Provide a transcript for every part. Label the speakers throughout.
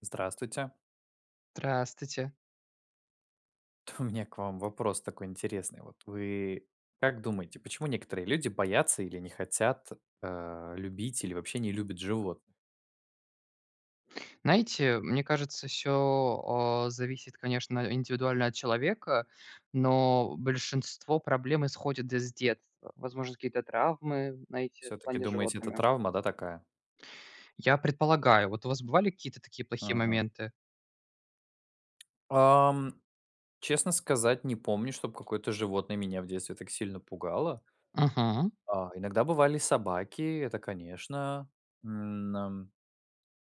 Speaker 1: Здравствуйте.
Speaker 2: Здравствуйте.
Speaker 1: У меня к вам вопрос такой интересный. Вот вы как думаете, почему некоторые люди боятся или не хотят любить или вообще не любят животных?
Speaker 2: Знаете, мне кажется, все зависит, конечно, индивидуально от человека, но большинство проблем исходит из детства. Возможно, какие-то травмы, знаете, в
Speaker 1: Все-таки
Speaker 2: плане с
Speaker 1: думаете, это
Speaker 2: животными.
Speaker 1: травма, да, такая?
Speaker 2: Я предполагаю, вот у вас бывали какие-то такие плохие
Speaker 1: Мгм.
Speaker 2: моменты?
Speaker 1: Ам, честно сказать, не помню, чтобы какое-то животное меня в детстве так сильно пугало.
Speaker 2: Мгм.
Speaker 1: А, иногда бывали собаки, это, конечно. М, ам,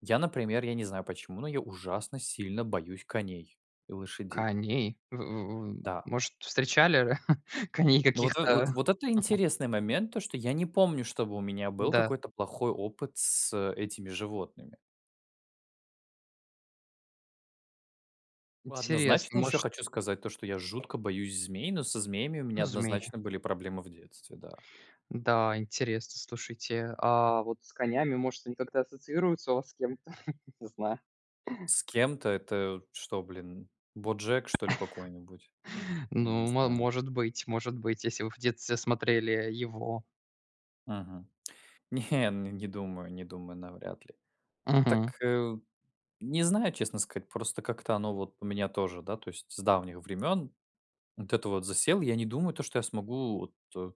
Speaker 1: Я, например, я не знаю почему, но я ужасно сильно боюсь коней и лошадей.
Speaker 2: Коней? В
Speaker 1: Да,
Speaker 2: может, встречали коней
Speaker 1: ну вот, вот
Speaker 2: каких-то?
Speaker 1: вот это интересный момент, то, что я не помню, чтобы у меня был
Speaker 2: Да.
Speaker 1: какой-то плохой опыт с этими животными. Однозначно
Speaker 2: Интересно,
Speaker 1: еще
Speaker 2: может,
Speaker 1: хочу сказать то, что я жутко боюсь змей, но со змеями у меня
Speaker 2: ну, змей.
Speaker 1: однозначно были проблемы в детстве, да.
Speaker 2: Да, интересно, слушайте. А вот с конями, может, они как-то ассоциируются у вас с кем-то? Не знаю.
Speaker 1: С кем-то это что, блин, "Боджек", что ли, какой-нибудь? Не
Speaker 2: Ну, мо
Speaker 1: знаю.
Speaker 2: может быть, если вы в детстве смотрели его.
Speaker 1: Мгм. Не, н не думаю, не думаю, навряд ли. Так,
Speaker 2: Мгм,
Speaker 1: не знаю, честно сказать, просто как-то оно вот у меня тоже, да, то есть с давних времен вот это вот засел. Я не думаю, то, что я смогу вот, э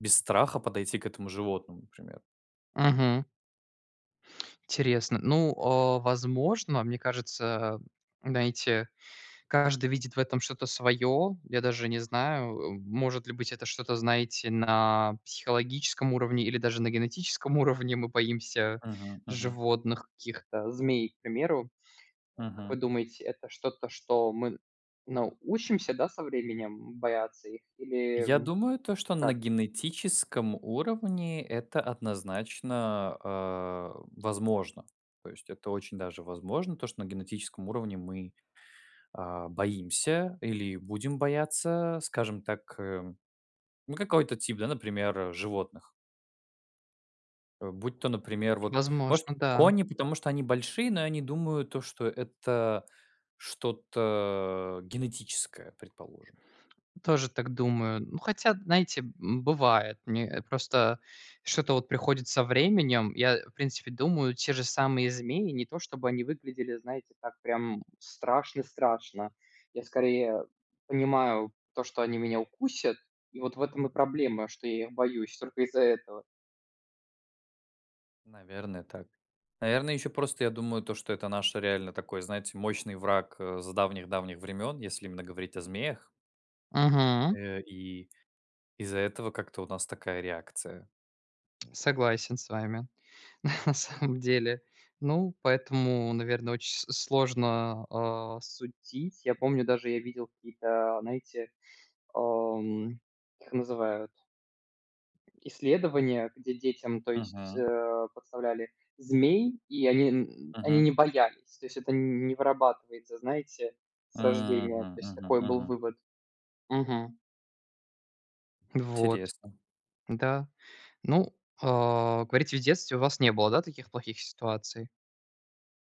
Speaker 1: Без страха подойти к этому животному, например.
Speaker 2: мгм. Интересно. Ну, а, возможно, мне кажется, знаете, каждый видит в этом что-то свое. Я даже не знаю, может ли быть это что-то, знаете, на психологическом уровне или даже на генетическом уровне. Мы боимся
Speaker 1: Мгм, мгм,
Speaker 2: животных каких-то, змей, к примеру. Как вы
Speaker 1: мгм.
Speaker 2: думаете, это что-то, что мы научимся, да, со временем бояться их или,
Speaker 1: Я думаю, то, что на
Speaker 2: как?
Speaker 1: генетическом уровне это однозначно, возможно. То есть это очень даже возможно, то, что на генетическом уровне мы, боимся или будем бояться, скажем так, ну, какой-то тип, да, например, животных. Будь то, например, вот, может,
Speaker 2: Возможно, да.
Speaker 1: кони, потому что они большие, но они думают то, что это что-то генетическое, предположим.
Speaker 2: Тоже так думаю. Ну, хотя, знаете, бывает. Мне просто что-то вот приходит со временем. Я, в принципе, думаю, те же самые змеи, не то чтобы они выглядели, знаете, так прям страшно-страшно. Я скорее понимаю то, что они меня укусят, и вот в этом и проблема, что я их боюсь только из-за этого.
Speaker 1: Наверное, так. Наверное, еще просто я думаю то, что это наш реально такой, знаете, мощный враг с давних-давних времен, если именно говорить о змеях.
Speaker 2: Мгм.
Speaker 1: И из-за этого как-то у нас такая реакция.
Speaker 2: Согласен с вами. На самом деле. Ну, поэтому, наверное, очень с сложно, судить. Я помню, даже я видел какие-то, знаете, ам, как их называют, исследования, где детям, то есть,
Speaker 1: Мгм.
Speaker 2: подставляли змей, и они, они
Speaker 1: Мгм.
Speaker 2: не боялись. То есть это не вырабатывается, знаете, с рождения.
Speaker 1: Мгм.
Speaker 2: То есть
Speaker 1: Мгм.
Speaker 2: такой был
Speaker 1: Мгм.
Speaker 2: вывод. Мгм. Вот,
Speaker 1: Интересно.
Speaker 2: да. Ну, говорите, в детстве у вас не было, да, таких плохих ситуаций?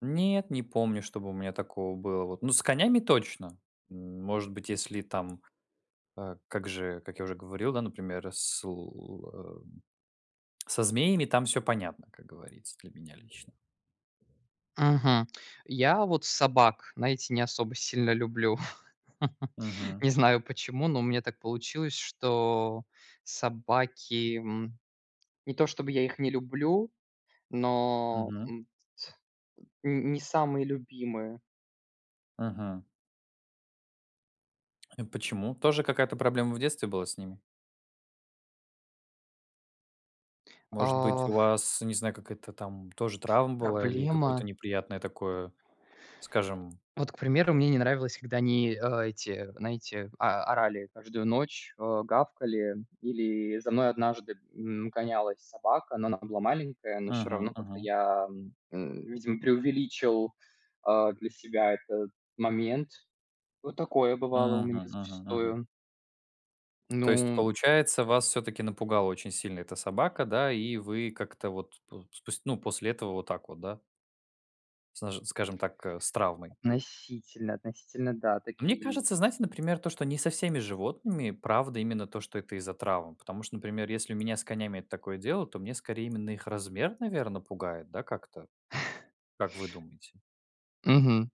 Speaker 1: Нет, не помню, чтобы у меня такого было. Вот. Ну, с конями точно. Может быть, если там, как же, как я уже говорил, да, например, со змеями там все понятно, как говорится, для меня лично.
Speaker 2: Мгм. Я вот собак, знаете, не особо сильно люблю.
Speaker 1: Мгм.
Speaker 2: Не знаю почему, но у меня так получилось, что собаки, не то чтобы я их не люблю, но,
Speaker 1: Мгм.
Speaker 2: т- н не самые любимые.
Speaker 1: Мгм. Почему? Тоже какая-то проблема в детстве была с ними? Может быть,
Speaker 2: А,
Speaker 1: у вас, не знаю, какая-то там тоже травма была или
Speaker 2: проблема.
Speaker 1: какое-то неприятное такое, скажем...
Speaker 2: Вот, к примеру, мне не нравилось, когда они, эти, знаете, орали каждую ночь, гавкали. Или за мной однажды, гонялась собака, но она была маленькая, но все
Speaker 1: Мгм.
Speaker 2: равно как-то
Speaker 1: Мгм.
Speaker 2: я, видимо, преувеличил, для себя этот момент. Вот такое бывало у
Speaker 1: Мгм.
Speaker 2: меня
Speaker 1: Мгм. Мгм.
Speaker 2: зачастую.
Speaker 1: То есть,
Speaker 2: Ну,
Speaker 1: получается, вас все таки напугала очень сильно эта собака, да, и вы как-то вот п спус ну, после этого вот так вот, да, снаж скажем так, с травмой.
Speaker 2: относительно, относительно, да,
Speaker 1: Мне
Speaker 2: такие
Speaker 1: кажется,
Speaker 2: есть.
Speaker 1: знаете, например, то, что не со всеми животными, правда, именно то, что это из-за травм. Потому что, например, если у меня с конями это такое дело, то мне скорее именно их размер, наверно, пугает, да, как-то? Как вы думаете?
Speaker 2: Мгм.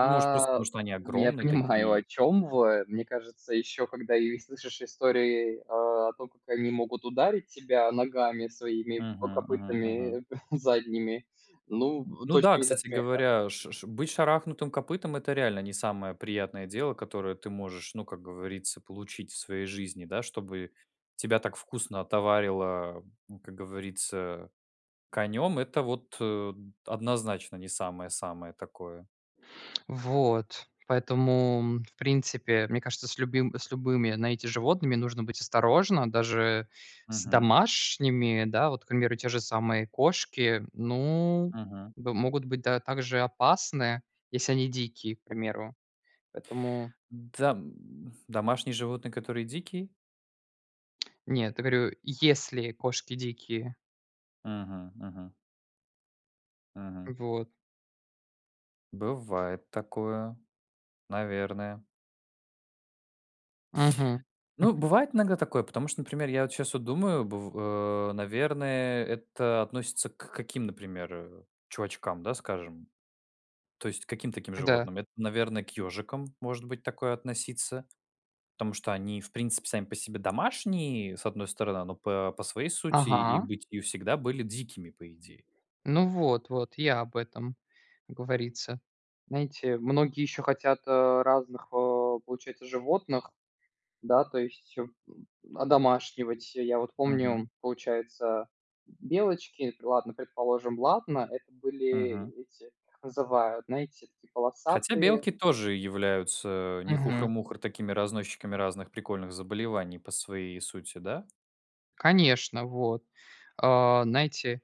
Speaker 1: Ну, может, просто потому что они
Speaker 2: я
Speaker 1: огромные
Speaker 2: понимаю, о
Speaker 1: такие?
Speaker 2: чем вы. Мне кажется, еще когда и слышишь истории, о том, как они могут ударить тебя ногами своими, по
Speaker 1: Мгм, мгм, мгм.
Speaker 2: копытами задними, ну,
Speaker 1: Ну да,
Speaker 2: точно не до
Speaker 1: кстати
Speaker 2: смеха.
Speaker 1: говоря, ш ш быть шарахнутым копытом- это реально не самое приятное дело, которое ты можешь, ну, как говорится, получить в своей жизни, да, чтобы тебя так вкусно отоварило, м, как говорится, конем. Это вот, однозначно не самое-самое такое.
Speaker 2: Вот. Поэтому, в принципе, мне кажется, с любыми, знаете, животными нужно быть осторожно. Даже с
Speaker 1: Мгм,
Speaker 2: домашними, да, вот, к примеру, те же самые кошки, ну,
Speaker 1: мгм.
Speaker 2: б могут быть, да, также опасны, если они дикие, к примеру. Поэтому
Speaker 1: Да, домашние животные, которые дикие?
Speaker 2: нет, я говорю, если кошки дикие.
Speaker 1: Мгм, мгм, мгм.
Speaker 2: Вот.
Speaker 1: Бывает такое, наверное.
Speaker 2: Мгм.
Speaker 1: Ну, бывает иногда такое, потому что, например, я вот сейчас вот думаю, наверное, это относится к каким, например, чувачкам, да, скажем, то есть к каким таким
Speaker 2: Да.
Speaker 1: животным? Это, наверное, к ежикам может быть такое относиться, потому что они, в принципе, сами по себе домашние, с одной стороны, но по своей сути и
Speaker 2: Ага.
Speaker 1: бытию всегда были дикими, по идее.
Speaker 2: Ну вот, я об этом, как говорится. Знаете, многие еще хотят, разных, получается, животных, да, то есть, одомашнивать. Я вот
Speaker 1: Мгм.
Speaker 2: помню, получается, белочки, ладно, предположим, ладно, это
Speaker 1: Мгм.
Speaker 2: были эти, как называют, знаете, такие
Speaker 1: Хотя
Speaker 2: полосатые.
Speaker 1: белки тоже являются не хухры-мухры такими разносчиками разных прикольных заболеваний по своей сути, да?
Speaker 2: Конечно, вот. А, знаете,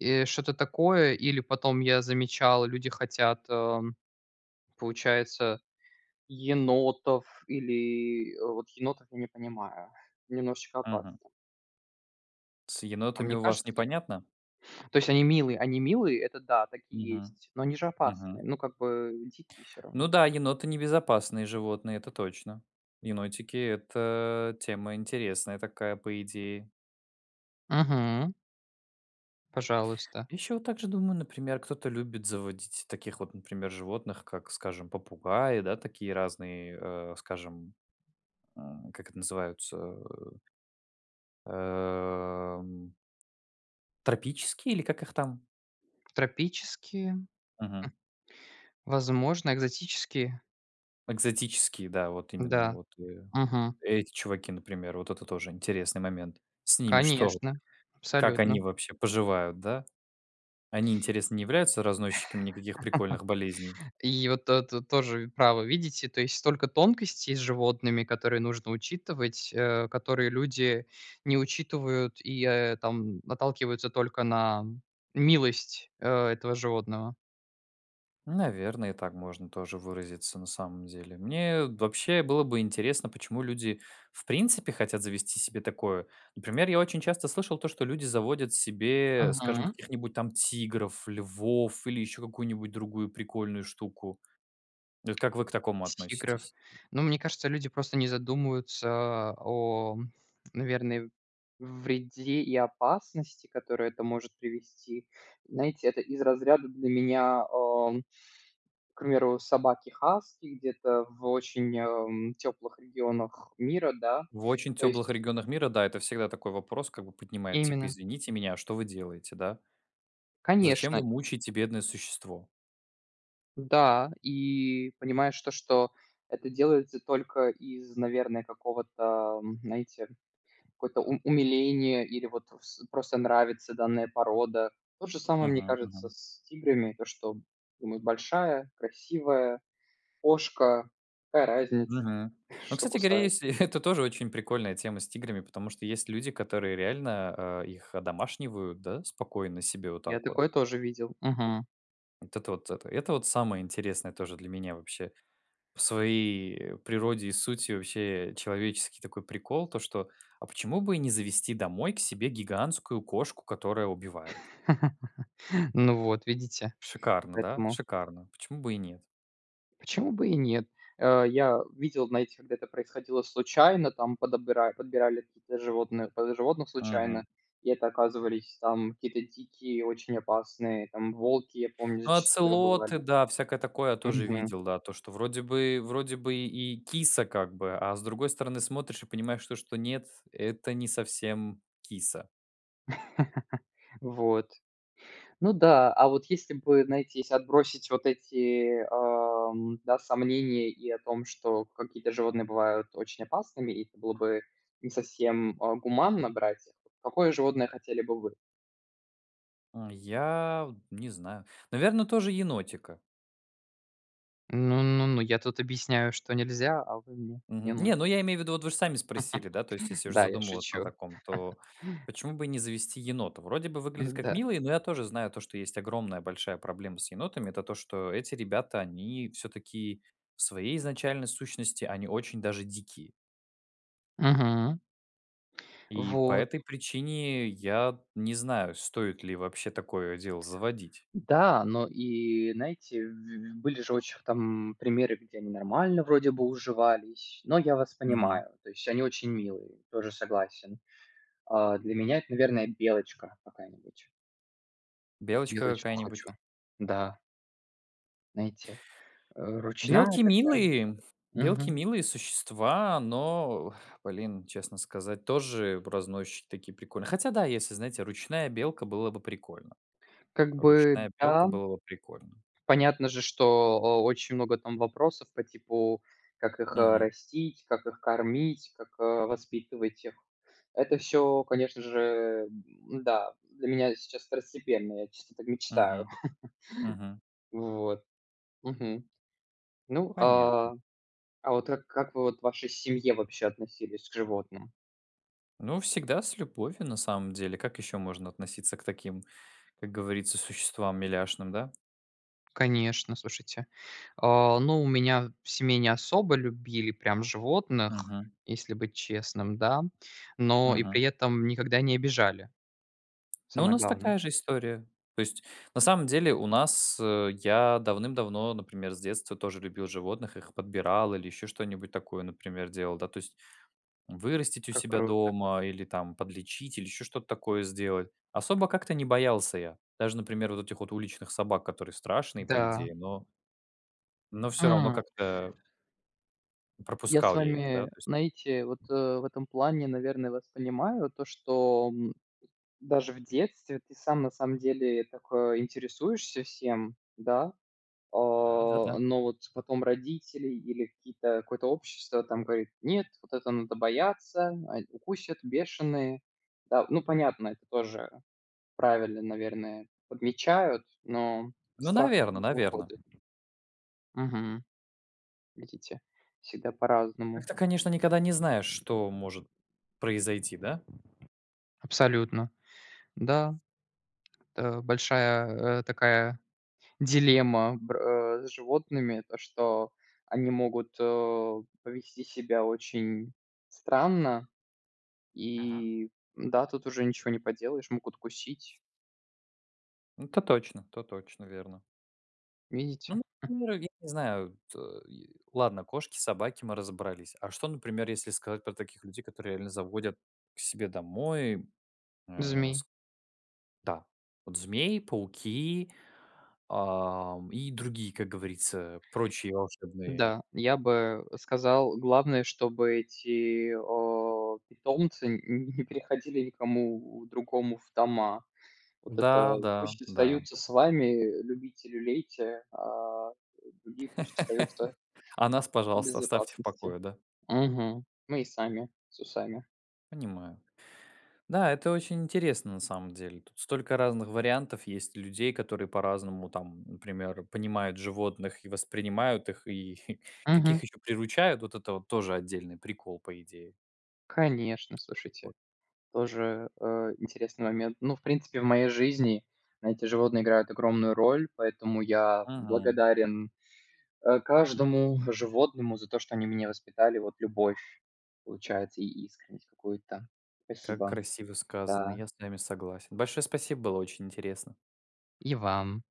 Speaker 2: что-то такое, или потом я замечал, люди хотят, получается, енотов или, вот енотов я не понимаю, немножечко
Speaker 1: Мгм.
Speaker 2: опасно.
Speaker 1: С
Speaker 2: Вам
Speaker 1: енотами
Speaker 2: не
Speaker 1: у вас
Speaker 2: кажется?
Speaker 1: непонятно?
Speaker 2: То есть они милые, это да, так и
Speaker 1: Мгм,
Speaker 2: есть, но они же опасные,
Speaker 1: мгм.
Speaker 2: ну, как бы дикие все
Speaker 1: Ну
Speaker 2: равно.
Speaker 1: да, еноты небезопасные животные, это точно. Енотики- это тема интересная такая, по идее.
Speaker 2: Мгм. Пожалуйста.
Speaker 1: Еще вот также думаю, например, кто-то любит заводить таких вот, например, животных, как, скажем, попугаи, да, такие разные, скажем, как это называются, эм, тропические или как их там?
Speaker 2: Тропические,
Speaker 1: Мгм.
Speaker 2: возможно, экзотические.
Speaker 1: Экзотические, да, вот именно,
Speaker 2: Да.
Speaker 1: вот,
Speaker 2: Мгм.
Speaker 1: эти чуваки, например, вот это тоже интересный момент. С ними что?
Speaker 2: Конечно.
Speaker 1: Как они
Speaker 2: Абсолютно.
Speaker 1: вообще поживают, да? Они, интересно, не являются разносчиками никаких прикольных болезней?
Speaker 2: И вот это тоже право, видите? То есть столько тонкостей с животными, которые нужно учитывать, которые люди не учитывают и, там наталкиваются только на милость, этого животного.
Speaker 1: Наверное, и так можно тоже выразиться на самом деле. Мне вообще было бы интересно, почему люди в принципе хотят завести себе такое. Например, я очень часто слышал то, что люди заводят себе, скажем,
Speaker 2: Мгм.
Speaker 1: каких-нибудь там тигров, львов или еще какую-нибудь другую прикольную штуку. Вот как вы к такому
Speaker 2: Тигров.
Speaker 1: относитесь?
Speaker 2: Ну, мне кажется, люди просто не задумываются о, наверное, вреде и опасности, которую это может привести. Знаете, это из разряда для меня. э, К примеру, собаки хаски где-то в очень, тёплых регионах мира, да.
Speaker 1: В очень
Speaker 2: То
Speaker 1: теплых
Speaker 2: есть
Speaker 1: регионах мира, да, это всегда такой вопрос, как бы поднимает, типа,
Speaker 2: именно.
Speaker 1: извините меня, а что вы делаете, да? Зачем вы
Speaker 2: Конечно,
Speaker 1: мучаете бедное существо?
Speaker 2: да. И понимаешь то, что это делается только из, наверное, какого-то, знаете, какое-то у умиление или вот вс просто нравится данная порода. То же самое, мне
Speaker 1: Мгм,
Speaker 2: кажется,
Speaker 1: мгм,
Speaker 2: с тиграми. То, что, думаю, большая, красивая кошка, какая разница,
Speaker 1: мгм. Ну,
Speaker 2: что
Speaker 1: кстати говоря,
Speaker 2: кусает.
Speaker 1: есть это тоже очень прикольная тема с тиграми, потому что есть люди, которые реально, их одомашнивают, да, спокойно себе вот
Speaker 2: Я
Speaker 1: так вот.
Speaker 2: такое тоже видел. Мгм.
Speaker 1: Вот это вот самое интересное тоже для меня вообще. В своей природе и сути вообще человеческий такой прикол, то что, а почему бы и не завести домой к себе гигантскую кошку, которая убивает?
Speaker 2: Ну вот, видите,
Speaker 1: Шикарно, да?
Speaker 2: поэтому
Speaker 1: Шикарно. Почему бы и нет?
Speaker 2: почему бы и нет? Я видел, знаете, когда это происходило случайно, там подобира подбирали какие-то животные под животных
Speaker 1: Мгм.
Speaker 2: случайно, и это оказывались там какие-то дикие, очень опасные, там волки, я помню,
Speaker 1: Ну,
Speaker 2: зачастую
Speaker 1: оцелоты,
Speaker 2: бывали.
Speaker 1: да, всякое такое я тоже
Speaker 2: Мгм.
Speaker 1: видел, да. То, что вроде бы и киса как бы, а с другой стороны смотришь и понимаешь, то, что нет, это не совсем киса.
Speaker 2: Вот. Ну да, а вот если бы, знаете, если отбросить вот эти, да, сомнения и о том, что какие-то животные бывают очень опасными, и это было бы не совсем, гуманно брать их, какое животное хотели бы вы?
Speaker 1: Я вот не знаю. Наверное, тоже енотика.
Speaker 2: Ну, ну, ну, я тут объясняю, что нельзя, а вы мне
Speaker 1: Мгм.
Speaker 2: не
Speaker 1: Не, ну
Speaker 2: ноте.
Speaker 1: я имею в виду, вот вы ж сами спросили, да, то есть если уже
Speaker 2: Да, я
Speaker 1: задумываться о
Speaker 2: шучу.
Speaker 1: таком, то почему бы и не завести енота? Вроде бы выглядит как
Speaker 2: Да.
Speaker 1: милый, но я тоже знаю то, что есть огромная большая проблема с енотами. Это то, что эти ребята, они все-таки в своей изначальной сущности, они очень даже дикие.
Speaker 2: Мгм.
Speaker 1: И по
Speaker 2: Вот.
Speaker 1: этой причине я не знаю, стоит ли вообще такое дело заводить.
Speaker 2: Да, но и, знаете, были же очень там примеры, где они нормально вроде бы уживались, но я вас
Speaker 1: Мгм.
Speaker 2: понимаю, то есть они очень милые, тоже согласен. А, для меня это, наверное, белочка какая-нибудь.
Speaker 1: Белочка
Speaker 2: Белочку
Speaker 1: какая-нибудь.
Speaker 2: хочу. Да, знаете, ручная
Speaker 1: Белки
Speaker 2: так.
Speaker 1: милые, белки
Speaker 2: Мгм.
Speaker 1: милые существа, но, блин, честно сказать, тоже разносчики такие прикольные. Хотя да, если, знаете, ручная белка было бы прикольно.
Speaker 2: Как бы
Speaker 1: Ручная белка
Speaker 2: да.
Speaker 1: было бы прикольно.
Speaker 2: Понятно же, что о очень много там вопросов по типу, как их,
Speaker 1: Мгм.
Speaker 2: растить, как их кормить, как, воспитывать их. Это все, конечно же, м-да, для меня сейчас второстепенно, я чисто так мечтаю.
Speaker 1: Мгм. Мгм.
Speaker 2: Вот. Мгм. Ну,
Speaker 1: Понятно.
Speaker 2: а вот как вы вот в вашей семье вообще относились к животным?
Speaker 1: Ну, всегда с любовью, на самом деле. Как еще можно относиться к таким, как говорится, существам миляшным, да?
Speaker 2: Конечно, слушайте. Ну, у меня в семье не особо любили прям животных,
Speaker 1: Мгм.
Speaker 2: если быть честным, да, но и
Speaker 1: Мгм.
Speaker 2: при этом никогда не обижали.
Speaker 1: Ну, у
Speaker 2: Самое
Speaker 1: нас
Speaker 2: главное.
Speaker 1: такая же история. То есть, на самом деле, у нас я давным-давно, например, с детства тоже любил животных, их подбирал или еще что-нибудь такое, например, делал, да, то есть вырастить у
Speaker 2: Как
Speaker 1: себя
Speaker 2: круто.
Speaker 1: дома или там подлечить или еще что-то такое сделать. Особо как-то не боялся я. Даже, например, вот этих вот уличных собак, которые страшные, по
Speaker 2: Да.
Speaker 1: идее, но, все равно
Speaker 2: Хм.
Speaker 1: как-то
Speaker 2: Я с
Speaker 1: пропускал я их, да,
Speaker 2: вами,
Speaker 1: то есть,
Speaker 2: знаете, вот, в этом плане, наверное, вас понимаю. То, что, даже в детстве ты сам на самом деле так, интересуешься всем, да, а,
Speaker 1: да, да, да.
Speaker 2: но вот потом родители или какие-то какое-то общество там говорит: "Нет, вот это надо бояться, укусят, бешеные". Да, ну, понятно, это тоже правильно, наверное, подмечают, но
Speaker 1: Ну,
Speaker 2: страх
Speaker 1: наверное,
Speaker 2: откуда
Speaker 1: наверное.
Speaker 2: выходит? Видите, всегда по-разному.
Speaker 1: Как-то, конечно, никогда не знаешь, что может произойти, да?
Speaker 2: Абсолютно. Да, это большая, такая дилемма с животными, то, что они могут, повести себя очень странно,
Speaker 1: Ага.
Speaker 2: и да, тут уже ничего не поделаешь, могут кусить.
Speaker 1: Ну, то точно, верно.
Speaker 2: Видите?
Speaker 1: Ну, например, я не знаю, т и ладно, кошки, собаки, мы разобрались. А что, например, если сказать про таких людей, которые реально заводят к себе домой, э, с
Speaker 2: Змей.
Speaker 1: да, вот змей, пауки, и другие, как говорится, прочие волшебные.
Speaker 2: Да, я бы сказал, главное, чтобы эти, питомцы н не переходили никому другому в дома. Вот это
Speaker 1: Да, да,
Speaker 2: пусть
Speaker 1: да.
Speaker 2: остаются с вами, любите, люлейте, а другие пусть остаются
Speaker 1: А нас,
Speaker 2: в
Speaker 1: пожалуйста, оставьте в
Speaker 2: безопасности.
Speaker 1: покое, да?
Speaker 2: Мгм. Мы и сами, с усами.
Speaker 1: Понимаю. Да, это очень интересно на самом деле. Тут столько разных вариантов есть людей, которые по-разному там, например, понимают животных и воспринимают их, и
Speaker 2: Мгм.
Speaker 1: каких еще приручают. Вот это вот тоже отдельный прикол, по идее.
Speaker 2: Конечно, слушайте,
Speaker 1: Вот.
Speaker 2: тоже, интересный момент. Ну, в принципе, в моей жизни, знаете, животные играют огромную роль, поэтому я
Speaker 1: Мгм.
Speaker 2: благодарен, каждому животному за то, что они меня воспитали. Вот любовь, получается, и искренность какую-то.
Speaker 1: Как
Speaker 2: Спасибо.
Speaker 1: красиво сказано,
Speaker 2: Да.
Speaker 1: я с вами согласен. Большое спасибо, было очень интересно.
Speaker 2: И вам.